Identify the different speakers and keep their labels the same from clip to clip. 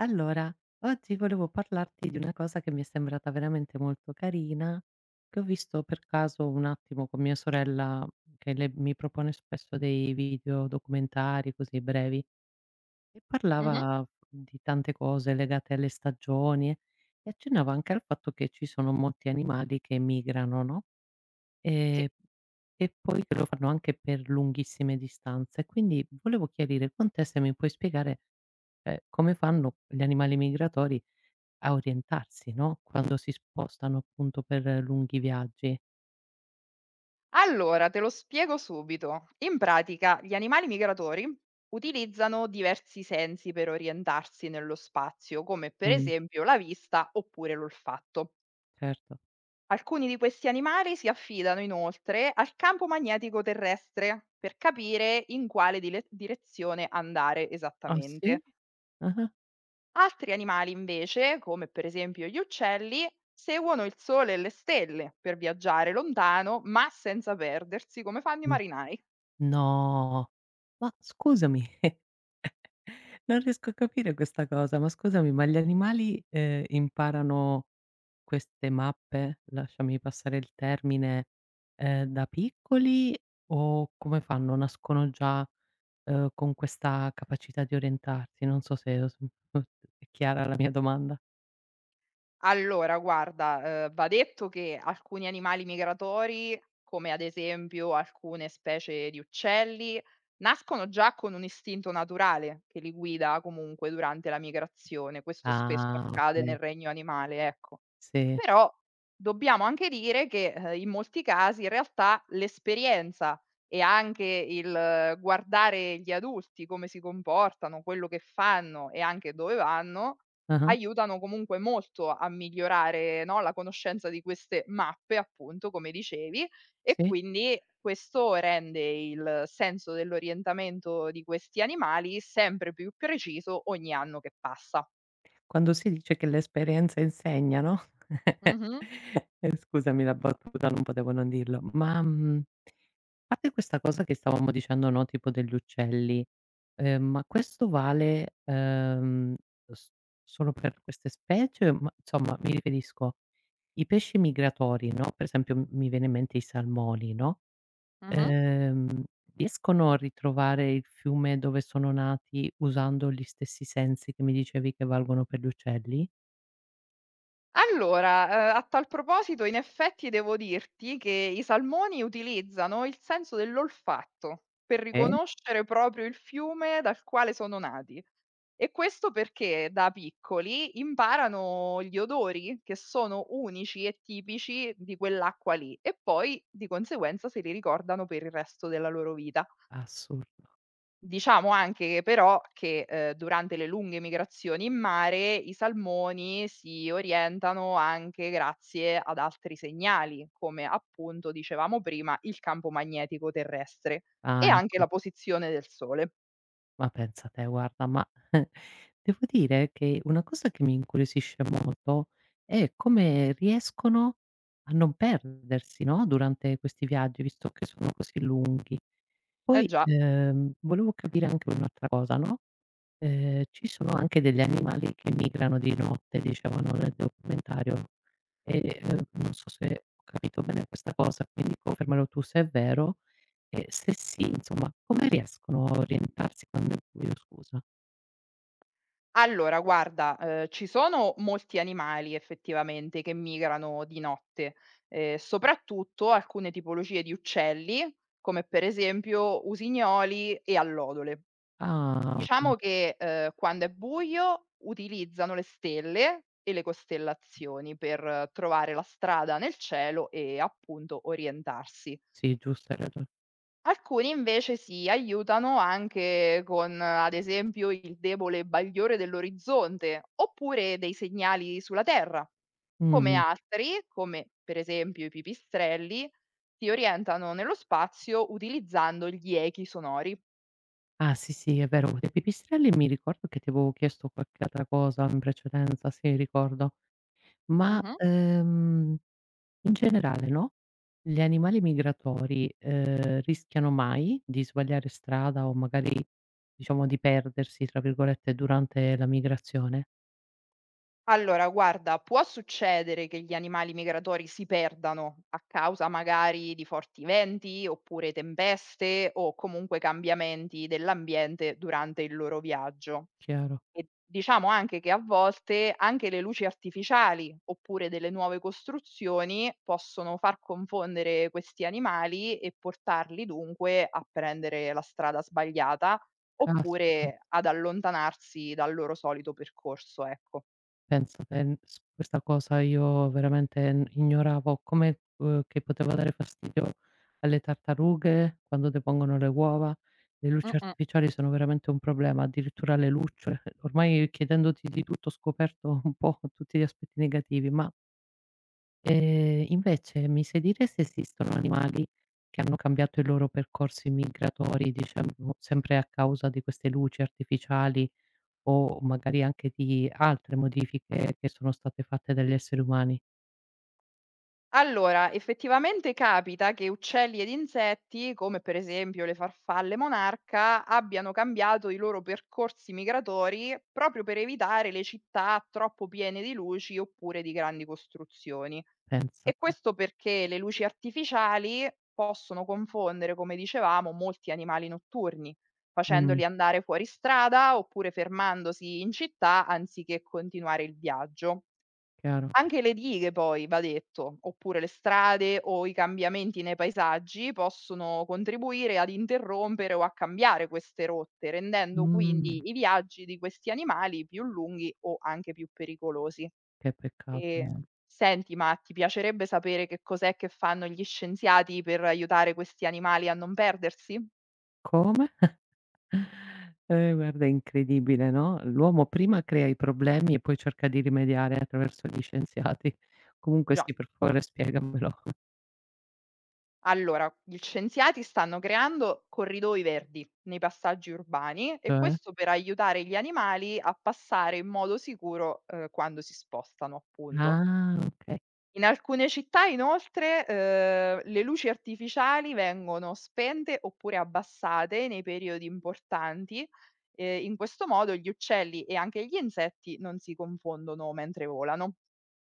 Speaker 1: Allora, oggi volevo parlarti di una cosa che mi è sembrata veramente molto carina, che ho visto per caso un attimo con mia sorella, che mi propone spesso dei video documentari così brevi, e
Speaker 2: Mh-mh.
Speaker 1: parlava di tante cose legate alle stagioni e accennava anche al fatto che ci sono molti animali che migrano, no?
Speaker 2: Sì.
Speaker 1: E, e poi che lo fanno anche per lunghissime distanze. Quindi volevo chiarire con te se mi puoi spiegare, come fanno gli animali migratori a orientarsi, no, quando si spostano appunto per lunghi viaggi.
Speaker 2: Allora, te lo spiego subito. In pratica, gli animali migratori utilizzano diversi sensi per orientarsi nello spazio, come per
Speaker 1: Mh,
Speaker 2: esempio la vista oppure l'olfatto.
Speaker 1: certo.
Speaker 2: Alcuni di questi animali si affidano inoltre al campo magnetico terrestre per capire in quale direzione andare
Speaker 1: Ah
Speaker 2: esattamente.
Speaker 1: sì? Ah-ah.
Speaker 2: Altri animali invece, come per esempio gli uccelli, seguono il sole e le stelle per viaggiare lontano, ma senza perdersi, come fanno i
Speaker 1: Mh.
Speaker 2: marinai.
Speaker 1: No, ma scusami, non riesco a capire questa cosa, ma scusami, ma gli animali, imparano queste mappe, lasciami passare il termine, da piccoli o come fanno? Nascono già, con questa capacità di orientarsi? Non so se ho s è chiara la mia domanda.
Speaker 2: Allora, guarda, va detto che alcuni animali migratori, come ad esempio alcune specie di uccelli, nascono già con un istinto naturale che li guida comunque durante la migrazione. Questo spesso
Speaker 1: Ah,
Speaker 2: accade nel
Speaker 1: okay.
Speaker 2: regno animale, ecco.
Speaker 1: Sì,
Speaker 2: Però dobbiamo anche dire che, in molti casi in realtà l'esperienza e anche il guardare gli adulti come si comportano, quello che fanno e anche dove vanno,
Speaker 1: ah-ah,
Speaker 2: aiutano comunque molto a migliorare, no, la conoscenza di queste mappe, appunto, come dicevi, e
Speaker 1: sì.
Speaker 2: quindi questo rende il senso dell'orientamento di questi animali sempre più preciso ogni anno che passa.
Speaker 1: Quando si dice che l'esperienza insegna, no,
Speaker 2: Mh-mh,
Speaker 1: scusami la battuta, non potevo non dirlo. Ma, fate questa cosa che stavamo dicendo, no, tipo degli uccelli, ma questo vale, s solo per queste specie? Ma insomma, mi riferisco, i pesci migratori, no, per esempio m mi viene in mente i salmoni, no?
Speaker 2: mh-mh.
Speaker 1: Ehm, riescono a ritrovare il fiume dove sono nati usando gli stessi sensi che mi dicevi che valgono per gli uccelli?
Speaker 2: Allora, a tal proposito in effetti devo dirti che i salmoni utilizzano il senso dell'olfatto per
Speaker 1: Eh?
Speaker 2: riconoscere proprio il fiume dal quale sono nati. E questo perché da piccoli imparano gli odori che sono unici e tipici di quell'acqua lì e poi di conseguenza se li ricordano per il resto della loro vita.
Speaker 1: Assurdo.
Speaker 2: Diciamo anche che però che, durante le lunghe migrazioni in mare i salmoni si orientano anche grazie ad altri segnali, come appunto dicevamo prima il campo magnetico terrestre e
Speaker 1: Ah,
Speaker 2: anche
Speaker 1: ecco.
Speaker 2: la posizione del sole.
Speaker 1: Ma pensa te, guarda, ma devo dire che una cosa che mi incuriosisce molto è come riescono a non perdersi, no, durante questi viaggi, visto che sono così lunghi.
Speaker 2: Eh
Speaker 1: Poi,
Speaker 2: già.
Speaker 1: volevo capire anche un'altra cosa, no, ci sono anche degli animali che migrano di notte, dicevano nel documentario e, non so se ho capito bene questa cosa, quindi confermalo tu se è vero e se sì, insomma, come riescono a orientarsi quando è buio, scusa?
Speaker 2: Allora guarda, ci sono molti animali effettivamente che migrano di notte, soprattutto alcune tipologie di uccelli, come per esempio usignoli e allodole.
Speaker 1: Ah, okay.
Speaker 2: Diciamo che, quando è buio utilizzano le stelle e le costellazioni per trovare la strada nel cielo e appunto orientarsi.
Speaker 1: Sì, giusto, hai ragione.
Speaker 2: Alcuni invece si aiutano anche con, ad esempio, il debole bagliore dell'orizzonte, oppure dei segnali sulla terra. Come
Speaker 1: Mh.
Speaker 2: altri, come per esempio i pipistrelli, si orientano nello spazio utilizzando gli echi sonori.
Speaker 1: Ah, sì, sì, è vero. Dei pipistrelli mi ricordo che ti avevo chiesto qualche altra cosa in precedenza, sì, ricordo. Ma,
Speaker 2: Mh-mh.
Speaker 1: in generale no. Gli animali migratori, rischiano mai di sbagliare strada o magari diciamo di "perdersi" tra virgolette durante la migrazione?
Speaker 2: Allora guarda, può succedere che gli animali migratori si perdano a causa magari di forti venti, oppure tempeste o comunque cambiamenti dell'ambiente durante il loro viaggio.
Speaker 1: Chiaro.
Speaker 2: E diciamo anche che a volte anche le luci artificiali oppure delle nuove costruzioni possono far confondere questi animali e portarli dunque a prendere la strada sbagliata
Speaker 1: Caspita,
Speaker 2: oppure ad allontanarsi dal loro solito percorso, ecco.
Speaker 1: pensa te, s questa cosa io veramente n ignoravo, come, che poteva dare fastidio alle tartarughe quando depongono le uova. Le luci
Speaker 2: Mh-mh.
Speaker 1: artificiali sono veramente un problema, addirittura le lucciole. Ormai chiedendoti di tutto ho scoperto un po' tutti gli aspetti negativi, ma invece mi sai dire se esistono animali che hanno cambiato i loro percorsi migratori, diciamo sempre a causa di queste luci artificiali o magari anche di altre modifiche che sono state fatte dagli esseri umani?
Speaker 2: Allora, effettivamente capita che uccelli ed insetti, come per esempio le farfalle monarca, abbiano cambiato i loro percorsi migratori proprio per evitare le città troppo piene di luci oppure di grandi costruzioni.
Speaker 1: Pensa
Speaker 2: E
Speaker 1: te.
Speaker 2: questo perché le luci artificiali possono confondere, come dicevamo, molti animali notturni,
Speaker 1: Mh,
Speaker 2: facendoli andare fuori strada oppure fermandosi in città anziché continuare il viaggio.
Speaker 1: chiaro.
Speaker 2: Anche le dighe poi, va detto, oppure le strade o i cambiamenti nei paesaggi possono contribuire ad interrompere o a cambiare queste rotte, rendendo
Speaker 1: Mh,
Speaker 2: quindi i viaggi di questi animali più lunghi o anche più pericolosi.
Speaker 1: che peccato,
Speaker 2: E
Speaker 1: eh.
Speaker 2: senti, ma ti piacerebbe sapere che cos'è che fanno gli scienziati per aiutare questi animali a non perdersi?
Speaker 1: Come? Guarda è incredibile, no, l'uomo prima crea i problemi e poi cerca di rimediare attraverso gli scienziati. Comunque
Speaker 2: Già.
Speaker 1: sì, per favore spiegamelo.
Speaker 2: Allora, gli scienziati stanno creando corridoi verdi nei passaggi urbani e
Speaker 1: Cioè?
Speaker 2: questo per aiutare gli animali a passare in modo sicuro, quando si spostano, appunto.
Speaker 1: Ah, okay.
Speaker 2: In alcune città inoltre, le luci artificiali vengono spente oppure abbassate nei periodi importanti, e in questo modo gli uccelli e anche gli insetti non si confondono mentre volano.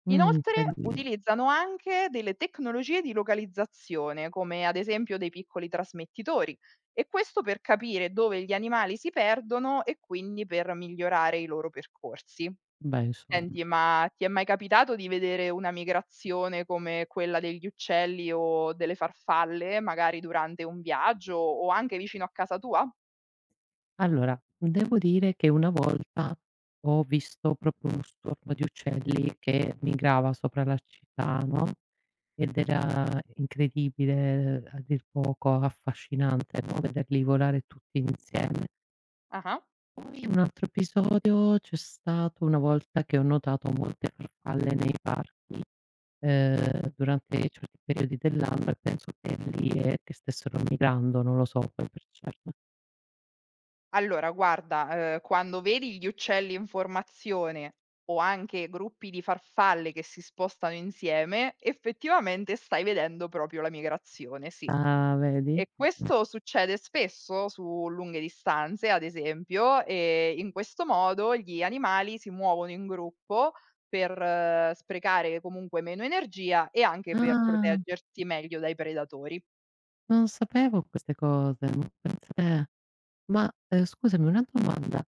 Speaker 2: Inoltre
Speaker 1: Carino.
Speaker 2: utilizzano anche delle tecnologie di localizzazione, come ad esempio dei piccoli trasmettitori, e questo per capire dove gli animali si perdono e quindi per migliorare i loro percorsi.
Speaker 1: Beh, insomma.
Speaker 2: Senti, ma ti è mai capitato di vedere una migrazione come quella degli uccelli o delle farfalle, magari durante un viaggio o anche vicino a casa tua?
Speaker 1: Allora, devo dire che una volta ho visto proprio uno stormo di uccelli che migrava sopra la città, no, ed era incredibile, a dir poco, affascinante, no, vederli volare tutti insieme.
Speaker 2: Ah-ah.
Speaker 1: Poi un altro episodio c'è stato una volta che ho notato molte farfalle nei par durante certi periodi dell'anno e penso che lì, che stessero migrando, non lo so poi per certo.
Speaker 2: Allora guarda, quando vedi gli uccelli in formazione o anche gruppi di farfalle che si spostano insieme, effettivamente stai vedendo proprio la migrazione, sì.
Speaker 1: Ah, vedi?
Speaker 2: E questo succede spesso su lunghe distanze, ad esempio, e in questo modo gli animali si muovono in gruppo per sprecare comunque meno energia e anche per
Speaker 1: Ah,
Speaker 2: proteggersi meglio dai predatori.
Speaker 1: non sapevo queste cose, ma pensa te. Ma, scusami una domanda,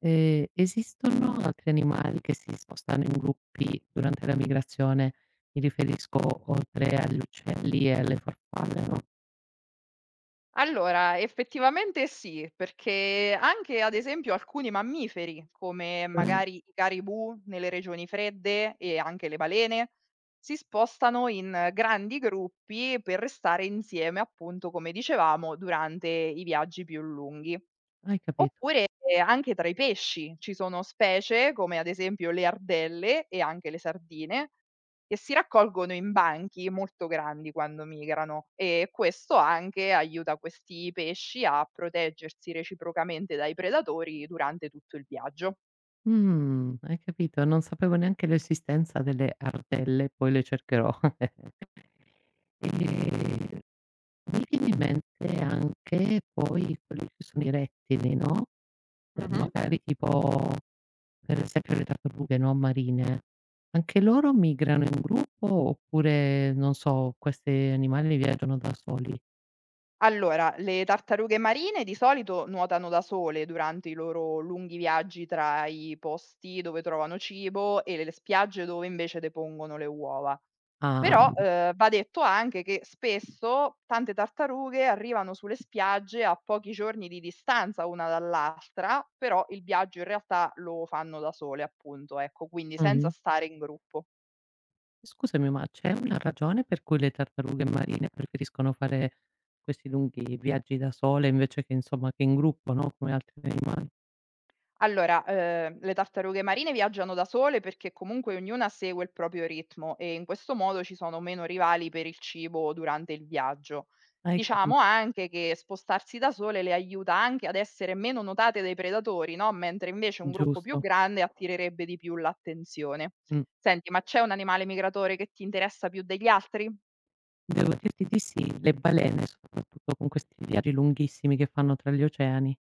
Speaker 1: esistono altri animali che si spostano in gruppi durante la migrazione? Mi riferisco oltre agli uccelli e alle farfalle, no,
Speaker 2: Allora, effettivamente sì, perché anche ad esempio alcuni mammiferi, come
Speaker 1: eh,
Speaker 2: magari i caribù nelle regioni fredde e anche le balene, si spostano in grandi gruppi per restare insieme, appunto, come dicevamo, durante i viaggi più lunghi.
Speaker 1: hai capito.
Speaker 2: Oppure anche tra i pesci ci sono specie, come ad esempio le ardelle e anche le sardine, che si raccolgono in banchi molto grandi quando migrano e questo anche aiuta questi pesci a proteggersi reciprocamente dai predatori durante tutto il viaggio.
Speaker 1: Hai capito? Non sapevo neanche l'esistenza delle ardelle, poi le cercherò. Ehm, mi viene in mente anche poi quelli che sono i rettili, no,
Speaker 2: Mh-mh.
Speaker 1: magari tipo, per esempio le tartarughe, no, marine. Anche loro migrano in gruppo oppure, non so, questi animali viaggiano da soli?
Speaker 2: Allora, le tartarughe marine di solito nuotano da sole durante i loro lunghi viaggi tra i posti dove trovano cibo e le spiagge dove invece depongono le uova.
Speaker 1: Ah,
Speaker 2: Però, va detto anche che spesso tante tartarughe arrivano sulle spiagge a pochi giorni di distanza una dall'altra, però il viaggio in realtà lo fanno da sole appunto, ecco, quindi senza
Speaker 1: mh.
Speaker 2: stare in gruppo.
Speaker 1: Scusami, ma c'è una ragione per cui le tartarughe marine preferiscono fare questi lunghi viaggi da sole invece che insomma che in gruppo, no, come altri animali?
Speaker 2: Allora, le tartarughe marine viaggiano da sole perché comunque ognuna segue il proprio ritmo e in questo modo ci sono meno rivali per il cibo durante il viaggio.
Speaker 1: Hai capi
Speaker 2: Diciamo anche che spostarsi da sole le aiuta anche ad essere meno notate dai predatori, no? Mentre invece un gruppo più
Speaker 1: Giusto.
Speaker 2: grande attirerebbe di più l'attenzione.
Speaker 1: Mh.
Speaker 2: Senti, ma c'è un animale migratore che ti interessa più degli altri?
Speaker 1: Devo dirti di sì, le balene soprattutto con questi viaggi lunghissimi che fanno tra gli oceani,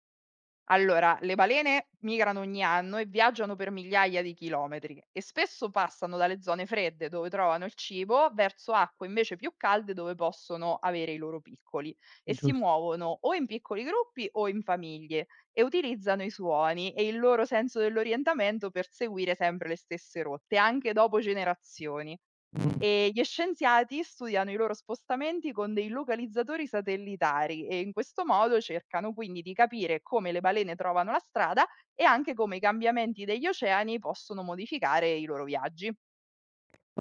Speaker 2: Allora, le balene migrano ogni anno e viaggiano per migliaia di chilometri e spesso passano dalle zone fredde dove trovano il cibo verso acque invece più calde dove possono avere i loro piccoli e si
Speaker 1: giusto.
Speaker 2: muovono o in piccoli gruppi o in famiglie e utilizzano i suoni e il loro senso dell'orientamento per seguire sempre le stesse rotte, anche dopo generazioni.
Speaker 1: Mh.
Speaker 2: E gli scienziati studiano i loro spostamenti con dei localizzatori satellitari e in questo modo cercano quindi di capire come le balene trovano la strada e anche come i cambiamenti degli oceani possono modificare i loro viaggi.